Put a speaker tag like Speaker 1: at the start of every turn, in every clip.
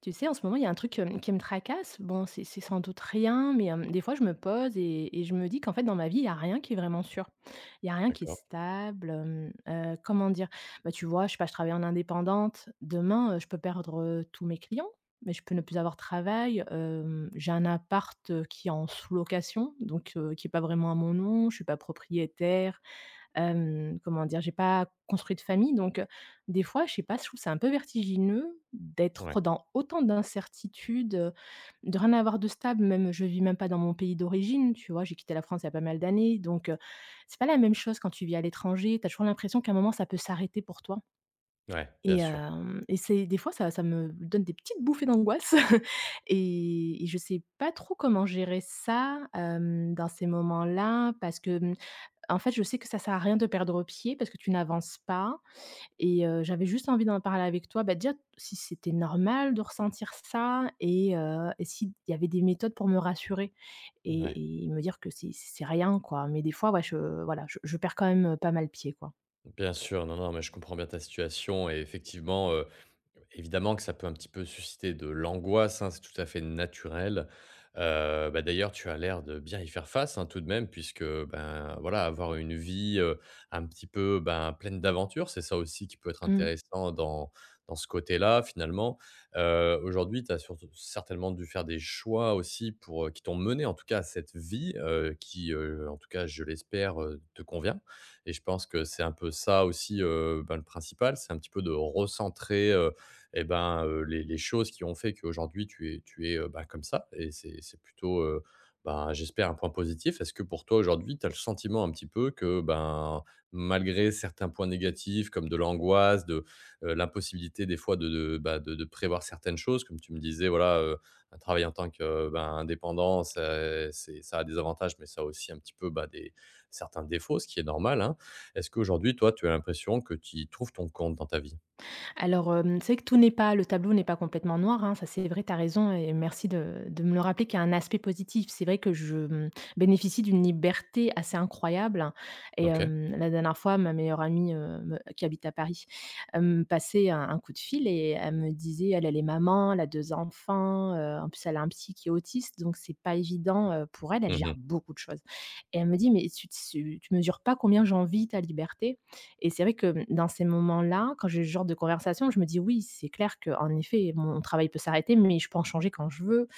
Speaker 1: Tu sais, en ce moment, il y a un truc, qui me tracasse. Bon, c'est sans doute rien, mais, des fois, je me pose et je me dis qu'en fait, dans ma vie, il y a rien qui est vraiment sûr. Il y a rien qui est
Speaker 2: D'accord.
Speaker 1: stable, comment dire? Bah, tu vois, je sais pas, je travaille en indépendante. Demain, je peux perdre, tous mes clients, mais je peux ne plus avoir de travail. J'ai un appart, qui est en sous-location, donc, qui est pas vraiment à mon nom. Je suis pas propriétaire. Comment dire? J'ai pas construit de famille donc des fois, je sais pas, je trouve c'est un peu vertigineux
Speaker 2: Ouais,
Speaker 1: d'être dans autant d'incertitudes, de rien avoir de stable même, je vis même pas dans mon pays d'origine, tu vois? J'ai quitté la France il y a pas mal d'années donc c'est pas la même chose quand tu vis à l'étranger. T'as toujours l'impression qu'à un moment ça peut s'arrêter pour toi
Speaker 2: ouais,
Speaker 1: et
Speaker 2: bien sûr.
Speaker 1: hem et c'est des fois ça me donne des petites bouffées d'angoisse et je sais pas trop comment gérer ça, dans ces moments-là parce que en fait, je sais que ça sert à rien de perdre pied parce que tu n'avances pas et j'avais juste envie d'en parler avec toi, bah, déjà si c'était normal de ressentir ça et s'il y avait des méthodes pour me rassurer
Speaker 2: Ouais,
Speaker 1: et me dire que c'est rien quoi, mais des fois ouais je voilà, je perds quand même, pas mal pied quoi.
Speaker 2: bien sûr. Non, non, mais je comprends bien ta situation et effectivement, évidemment que ça peut un petit peu susciter de l'angoisse, hein, c'est tout à fait naturel. Bah, d'ailleurs, tu as l'air de bien y faire face, hein, tout de même puisque, ben, voilà, avoir une vie, un petit peu, ben, pleine d'aventures, c'est ça aussi qui peut être
Speaker 1: Mmh.
Speaker 2: intéressant dans dans ce côté-là, finalement. Aujourd'hui, tu as certainement dû faire des choix aussi pour, qui t'ont mené, en tout cas, à cette vie, qui, en tout cas, je l'espère, te convient et je pense que c'est un peu ça aussi, ben, le principal, c'est un petit peu de recentrer, et ben, les choses qui ont fait qu'aujourd'hui tu es, bah, comme ça et c'est plutôt, ben, j'espère un point positif. Est-ce que pour toi aujourd'hui, tu as le sentiment un petit peu que, ben, malgré certains points négatifs comme de l'angoisse, de, l'impossibilité des fois de, bah, de prévoir certaines choses comme tu me disais voilà, un travail en tant que, ben, indépendant, c'est ça a des avantages, mais ça a aussi un petit peu, bah, des certains défauts, ce qui est normal, hein. Est-ce qu'aujourd'hui, toi, tu as l'impression que tu y trouves ton compte dans ta vie?
Speaker 1: Alors, c'est vrai que tout n'est pas le tableau n'est pas complètement noir, hein, ça c'est vrai, tu as raison et merci de me le rappeler qu'il y a un aspect positif. C'est vrai que je, bénéficie d'une liberté assez incroyable hein.
Speaker 2: OK.
Speaker 1: La dernière fois, ma meilleure amie, me qui habite à Paris, elle me passait un coup de fil et elle me disait elle, elle est maman, elle a 2 enfants, en plus elle a un psy qui est autiste donc c'est pas évident, pour elle, elle gère
Speaker 2: Mmh.
Speaker 1: beaucoup de choses et elle me dit : « Mais tu mesures pas combien j'envie ta liberté ». Et c'est vrai que, dans ces moments-là, quand j'ai ce genre de conversation, je me dis : « Oui, c'est clair qu'en effet, mon travail peut s'arrêter, mais je peux en changer quand je veux,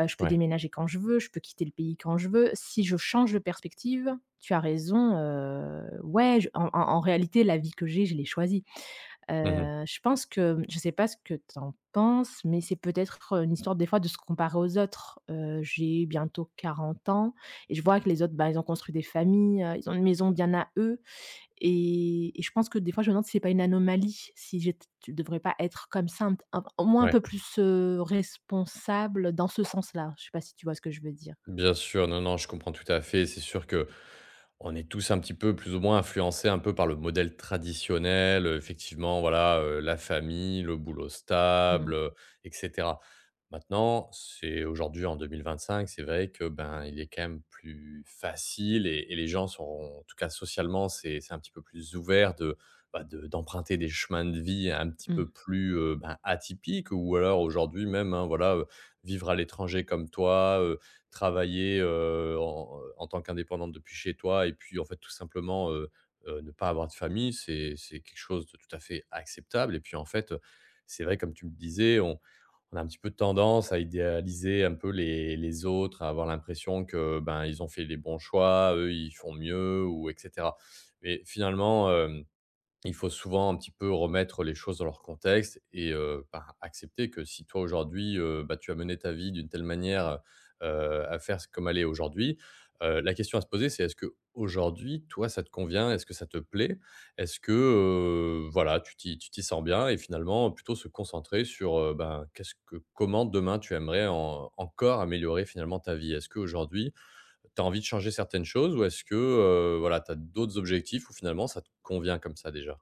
Speaker 1: je peux
Speaker 2: Ouais.
Speaker 1: déménager quand je veux, je peux quitter le pays quand je veux. Si je change de perspective ». Tu as raison, ouais, je en en en réalité, la vie que j'ai, je l'ai choisie.
Speaker 2: Mhm.
Speaker 1: Je pense que je sais pas ce que tu en penses, mais c'est peut-être, une histoire des fois de se comparer aux autres. J'ai bientôt 40 ans et je vois que les autres, bah, ils ont construit des familles, ils ont une maison bien à eux et je pense que des fois, je me demande si c'est pas une anomalie, si j'ét je devrais pas être comme ça, un au moins un
Speaker 2: Ouais.
Speaker 1: peu plus, responsable dans ce sens-là. Je sais pas si tu vois ce que je veux dire?
Speaker 2: Bien sûr, non, non, je comprends tout à fait. C'est sûr que on est tous un petit peu, plus ou moins, influencés un peu par le modèle traditionnel. Effectivement, voilà, la famille, le boulot
Speaker 1: Mmh,
Speaker 2: stable, et cetera. Maintenant, c'est aujourd'hui en 2025, c'est vrai que, ben, il est quand même plus facile et les gens sont en tout cas socialement, c'est un petit peu plus ouvert de, bah, de d'emprunter des chemins de vie un petit peu
Speaker 1: mmh.
Speaker 2: plus, ben, atypiques ou alors aujourd'hui même, hein, voilà, vivre à l'étranger comme toi, travailler, en en tant qu'indépendante depuis chez toi et puis, en fait, tout simplement, ne pas avoir de famille, c'est quelque chose de tout à fait acceptable et puis, en fait, c'est vrai, comme tu me disais, on a un petit peu tendance à idéaliser un peu les autres, à avoir l'impression que, ben, ils ont fait les bons choix, eux, ils font mieux ou et cetera. Mais finalement, hem il faut souvent un petit peu remettre les choses dans leur contexte et ben, accepter que si toi aujourd'hui, bah, tu as mené ta vie d'une telle manière, heu à faire c comme elle est aujourd'hui, la question à se poser, c'est est-ce que aujourd'hui toi, ça te convient? Est-ce que ça te plaît? Est-ce que, voilà, tu t'y sens bien? Et finalement, plutôt se concentrer sur, ben, qu'est-ce que comment demain tu aimerais en encore améliorer finalement ta vie? Est-ce qu'aujourd'hui, tu as envie de changer certaines choses ou est-ce que, voilà, tu as d'autres objectifs ou finalement ça te convient comme ça déjà?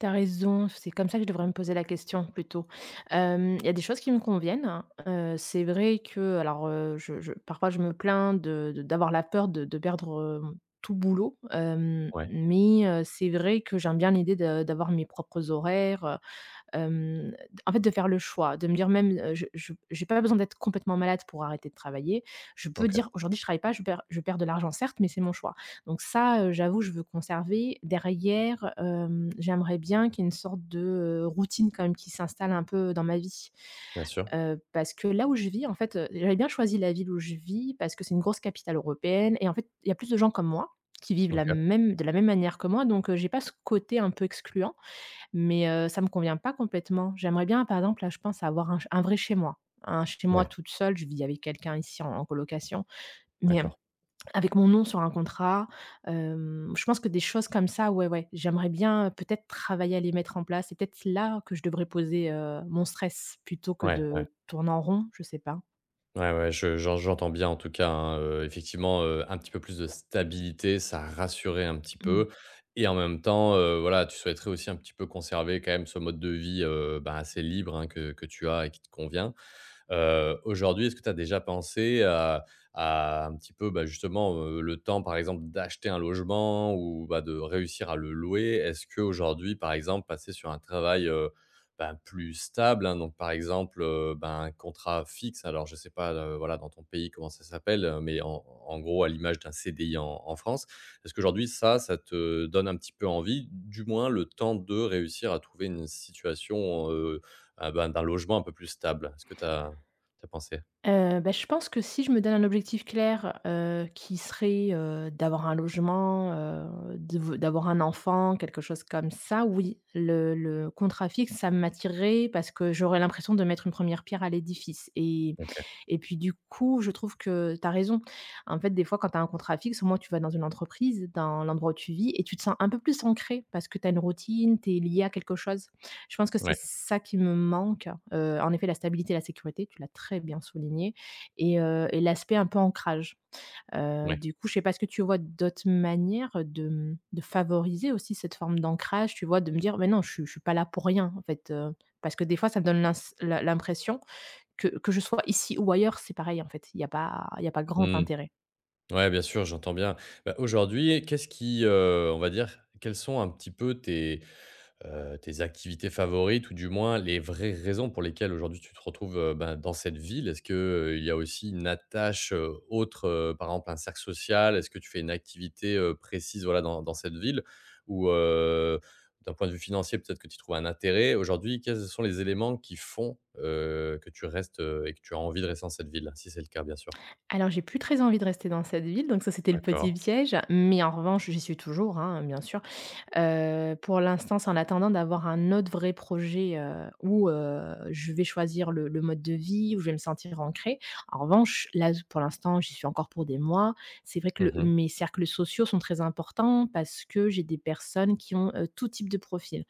Speaker 1: Tu raison, c'est comme ça que je devrais me poser la question plutôt. Il y a des choses qui me conviennent, hein. C'est vrai que alors, je parfois je me plains de d'avoir la peur de perdre, tout boulot,
Speaker 2: Ouais,
Speaker 1: mais c'est vrai que j'aime bien l'idée de d'avoir mes propres horaires. Hem, En fait, de faire le choix, de me dire même, je j'ai pas besoin d'être complètement malade pour arrêter de travailler. Je peux
Speaker 2: OK,
Speaker 1: dire : « Aujourd'hui, je travaille pas, je perds de l'argent, certes, mais c'est mon choix ». Donc ça, j'avoue, je veux conserver. Derrière, j'aimerais bien qu'il y ait une sorte de, routine quand même qui s'installe un peu dans ma vie.
Speaker 2: bien sûr.
Speaker 1: Parce que là où je vis, en fait, j'avais bien choisi la ville où je vis parce que c'est une grosse capitale européenne et en fait, il y a plus de gens comme moi qui vivent
Speaker 2: OK.
Speaker 1: la même de la même manière que moi, donc j'ai pas ce côté un peu excluant. Mais ça me convient pas complètement. J'aimerais bien, par exemple, là, je pense avoir un vrai chez moi. Un chez moi
Speaker 2: Ouais,
Speaker 1: toute seule, je vis avec quelqu'un ici en colocation, mais
Speaker 2: d'accord.
Speaker 1: avec mon nom sur un contrat, je pense que des choses comme ça, ouais, ouais, j'aimerais bien, peut-être travailler à les mettre en place. C'est peut-être là que je devrais poser, mon stress plutôt que
Speaker 2: Ouais, ouais.
Speaker 1: de tourner en rond, je sais pas.
Speaker 2: Ouais, ouais, je j'en j'entends bien en tout cas, hein, effectivement, un petit peu plus de stabilité, ça rassurait un petit
Speaker 1: Mmh.
Speaker 2: peu et en même temps, voilà, tu souhaiterais aussi un petit peu conserver quand même ce mode de vie, bah, assez libre, hein, que tu as et qui te convient. Aujourd'hui, est-ce que tu as déjà pensé à un petit peu, bah, justement, le temps, par exemple, d'acheter un logement ou, bah, de réussir à le louer? Est-ce qu'aujourd'hui, par exemple, passer sur un travail, ben, plus stable, hein, donc par exemple, ben, un contrat fixe, alors je ne sais pas, voilà, dans ton pays comment ça s'appelle, mais en gros à l'image d'un CDI en France. Est-ce qu'aujourd'hui ça, ça te donne un petit peu envie, du moins le temps de réussir à trouver une situation, ah, ben, d'un logement un peu plus stable? Est-ce que tu as pensé?
Speaker 1: Bah, je pense que si je me donne un objectif clair, qui serait, d'avoir un logement, de v d'avoir un enfant, quelque chose comme ça, oui. Le contrat fixe, ça m'attirerait parce que j'aurais l'impression de mettre une première pierre à l'édifice
Speaker 2: OK.
Speaker 1: et puis, du coup, je trouve que tu as raison. En fait, des fois, quand tu as un contrat fixe, au moins, tu vas dans une entreprise, dans l'endroit où tu vis et tu te sens un peu plus ancré parce que tu as une routine, tu es lié à quelque chose. Je pense que c'est
Speaker 2: Ouais,
Speaker 1: ça qui me manque, en effet, la stabilité et la sécurité, tu l'as très bien souligné et l'aspect un peu ancrage.
Speaker 2: ouais.
Speaker 1: Du coup, je sais pas, ce que tu vois d'autres manières de, de favoriser aussi cette forme d'ancrage? Tu vois, de me dire : « Mais non, je suis pas là pour rien, en fait », parce que des fois, ça me donne l'impression que je sois ici ou ailleurs, c'est pareil, en fait, il y a pas grand
Speaker 2: Mmh.
Speaker 1: intérêt.
Speaker 2: Ouais, bien sûr, j'entends bien. Bah, aujourd'hui, qu'est-ce qui, on va dire, quels sont un petit peu tes tes activités favorites ou du moins les vraies raisons pour lesquelles aujourd'hui tu te retrouves, ben, dans cette ville? Est-ce que, il y a aussi une attache, autre, par exemple un cercle social? Est-ce que tu fais une activité, précise, voilà, dans dans cette ville? Ou, d'un point de vue financier, peut-être que tu y trouves un intérêt? Aujourd'hui, quels sont les éléments qui font, que tu restes, et que tu as envie de rester dans cette ville? Si c'est le cas, bien sûr.
Speaker 1: Alors, j'ai plus très envie de rester dans cette ville, donc ça, c'était le petit
Speaker 2: D'accord.
Speaker 1: piège, mais en revanche, j'y suis toujours, hein, bien sûr. Pour l'instant, c'est en attendant d'avoir un autre vrai projet, où je vais choisir le mode de vie, où je vais me sentir ancrée. En revanche, là, pour l'instant, j'y suis encore pour des mois. C'est vrai que le
Speaker 2: Mmh.
Speaker 1: mes cercles sociaux sont très importants parce que j'ai des personnes qui ont, tout type de profil.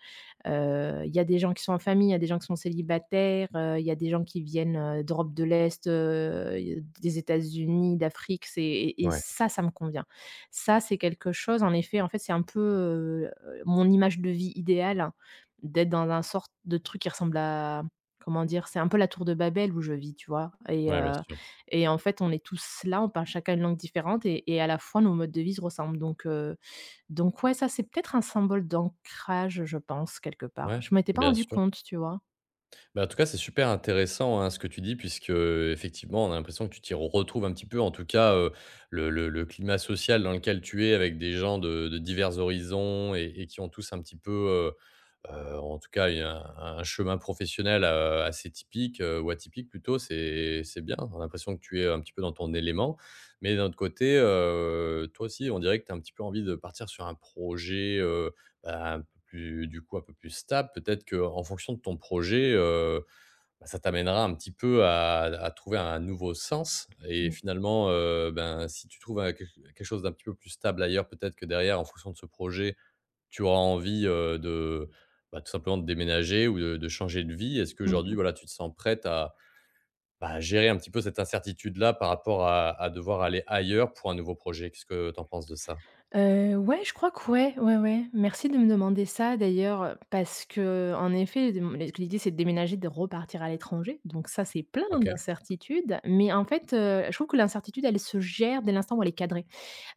Speaker 1: Il y a des gens qui sont en famille, il y a des gens qui sont célibataires, il y a des gens qui viennent, d'Europe de l'Est, des États-Unis, d'Afrique, c'est et
Speaker 2: Ouais.
Speaker 1: ça me convient. Ça, c'est quelque chose en effet, en fait, c'est un peu, mon image de vie idéale, hein, d'être dans un sorte de truc qui ressemble à comment dire? C'est un peu la tour de Babel où je vis, tu vois? Et
Speaker 2: Ouais, bien
Speaker 1: heu
Speaker 2: sûr.
Speaker 1: et en fait, on est tous là, on parle chacun une langue différente et à la fois nos modes de vie se ressemblent donc ouais, ça, c'est peut-être un symbole d'ancrage, je pense, quelque part.
Speaker 2: Ouais,
Speaker 1: Je m'étais pas
Speaker 2: bien
Speaker 1: rendu
Speaker 2: sûr.
Speaker 1: compte, tu vois?
Speaker 2: Bah, en tout cas, c'est super intéressant, hein, ce que tu dis puisque, effectivement, on a l'impression que tu t'y retrouves un petit peu. En tout cas, le climat social dans lequel tu es avec des gens de divers horizons et qui ont tous un petit peu, en tout cas, un chemin professionnel, assez typique, ou atypique plutôt, c'est bien. On a l'impression que tu es un petit peu dans ton élément. Mais d'un autre côté, toi aussi, on dirait que tu as un petit peu envie de partir sur un projet, bah, un peu plus du coup, un peu plus stable. Peut-être qu'en fonction de ton projet, bah, ça t'amènera un petit peu à trouver un nouveau sens et
Speaker 1: Mmh
Speaker 2: finalement, ben, si tu trouves un quelque chose d'un petit peu plus stable ailleurs, peut-être que derrière, en fonction de ce projet, tu auras envie, de, bah, tout simplement de déménager ou de changer de vie. Est-ce qu'aujourd'hui,
Speaker 1: mh.
Speaker 2: voilà, tu te sens prête à, bah, gérer un petit peu cette incertitude-là par rapport à devoir aller ailleurs pour un nouveau projet? Qu'est-ce que tu en penses de ça?
Speaker 1: Ouais, je crois que ouais, ouais, ouais. Merci de me demander ça d'ailleurs, parce que en effet, de l'idée, c'est de déménager, de repartir à l'étranger, donc ça, c'est plein
Speaker 2: OK,
Speaker 1: d'incertitudes, mais en fait, je trouve que l'incertitude, elle se gère dès l'instant où elle est cadrée.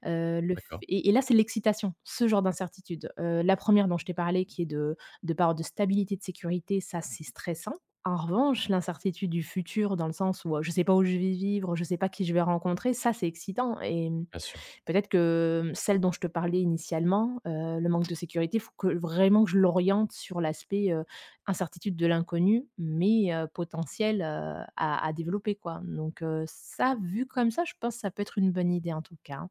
Speaker 1: Le f
Speaker 2: d'accord,
Speaker 1: et là, c'est de l'excitation, ce genre d'incertitude. La première dont je t'ai parlé qui est de peur de stabilité, de sécurité, ça, c'est stressant. En revanche, l'incertitude du futur dans le sens où, je ne sais pas où je vais vivre, je ne sais pas qui je vais rencontrer, ça, c'est excitant et
Speaker 2: bien sûr.
Speaker 1: peut-être que, celle dont je te parlais initialement, le manque de sécurité, il faut que vraiment que je l'oriente sur l'aspect, incertitude de l'inconnu, mais potentiel, à développer quoi. Donc ça, vu comme ça, je pense que ça peut être une bonne idée en tout cas, hein.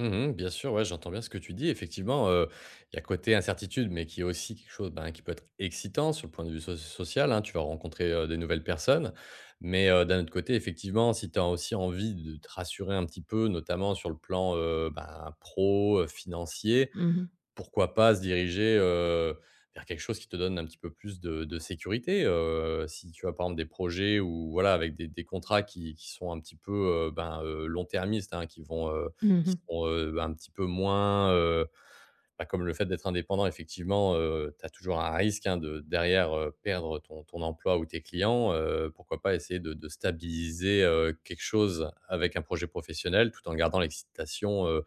Speaker 2: Mmh, bien sûr, ouais, j'entends bien ce que tu dis. Effectivement, il y a côté incertitude, mais qui est aussi quelque chose, ben, qui peut être excitant sur le point de vue social, hein. Tu vas rencontrer, des nouvelles personnes, mais d'un autre côté, effectivement, si tu as aussi envie de te rassurer un petit peu, notamment sur le plan, ben, pro, financier,
Speaker 1: Mmh.
Speaker 2: pourquoi pas se diriger, vers quelque chose qui te donne un petit peu plus de sécurité? Si tu as par exemple des projets ou voilà, avec des contrats qui sont un petit peu, ben, long-termistes, hein, qui vont,
Speaker 1: Mmh
Speaker 2: qui
Speaker 1: mh.
Speaker 2: sont, ben, un petit peu moins, bah, comme le fait d'être indépendant effectivement, tu as toujours un risque, hein, de derrière, perdre ton emploi ou tes clients, pourquoi pas essayer de stabiliser, quelque chose avec un projet professionnel tout en gardant l'excitation,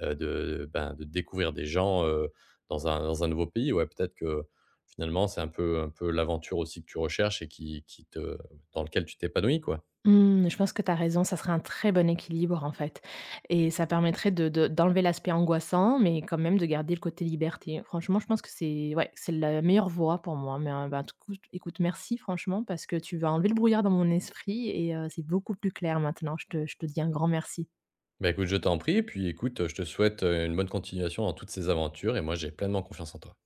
Speaker 2: de, ben, de découvrir des gens, dans un nouveau pays. Ouais, peut-être que finalement, c'est un peu l'aventure aussi que tu recherches et qui te dans lequel tu t'épanouis, quoi.
Speaker 1: Mmh, je pense que tu as raison, ça serait un très bon équilibre, en fait et ça permettrait de d'enlever l'aspect angoissant, mais quand même de garder le côté liberté. Franchement, je pense que c'est ouais, c'est la meilleure voie pour moi, mais, ben, tout coup, écoute, merci franchement parce que tu vas enlever le brouillard dans mon esprit et c'est beaucoup plus clair maintenant. Je te dis un grand merci.
Speaker 2: Bah, écoute, je t'en prie, puis écoute, je te souhaite, une bonne continuation dans toutes ces aventures et moi, j'ai pleinement confiance en toi.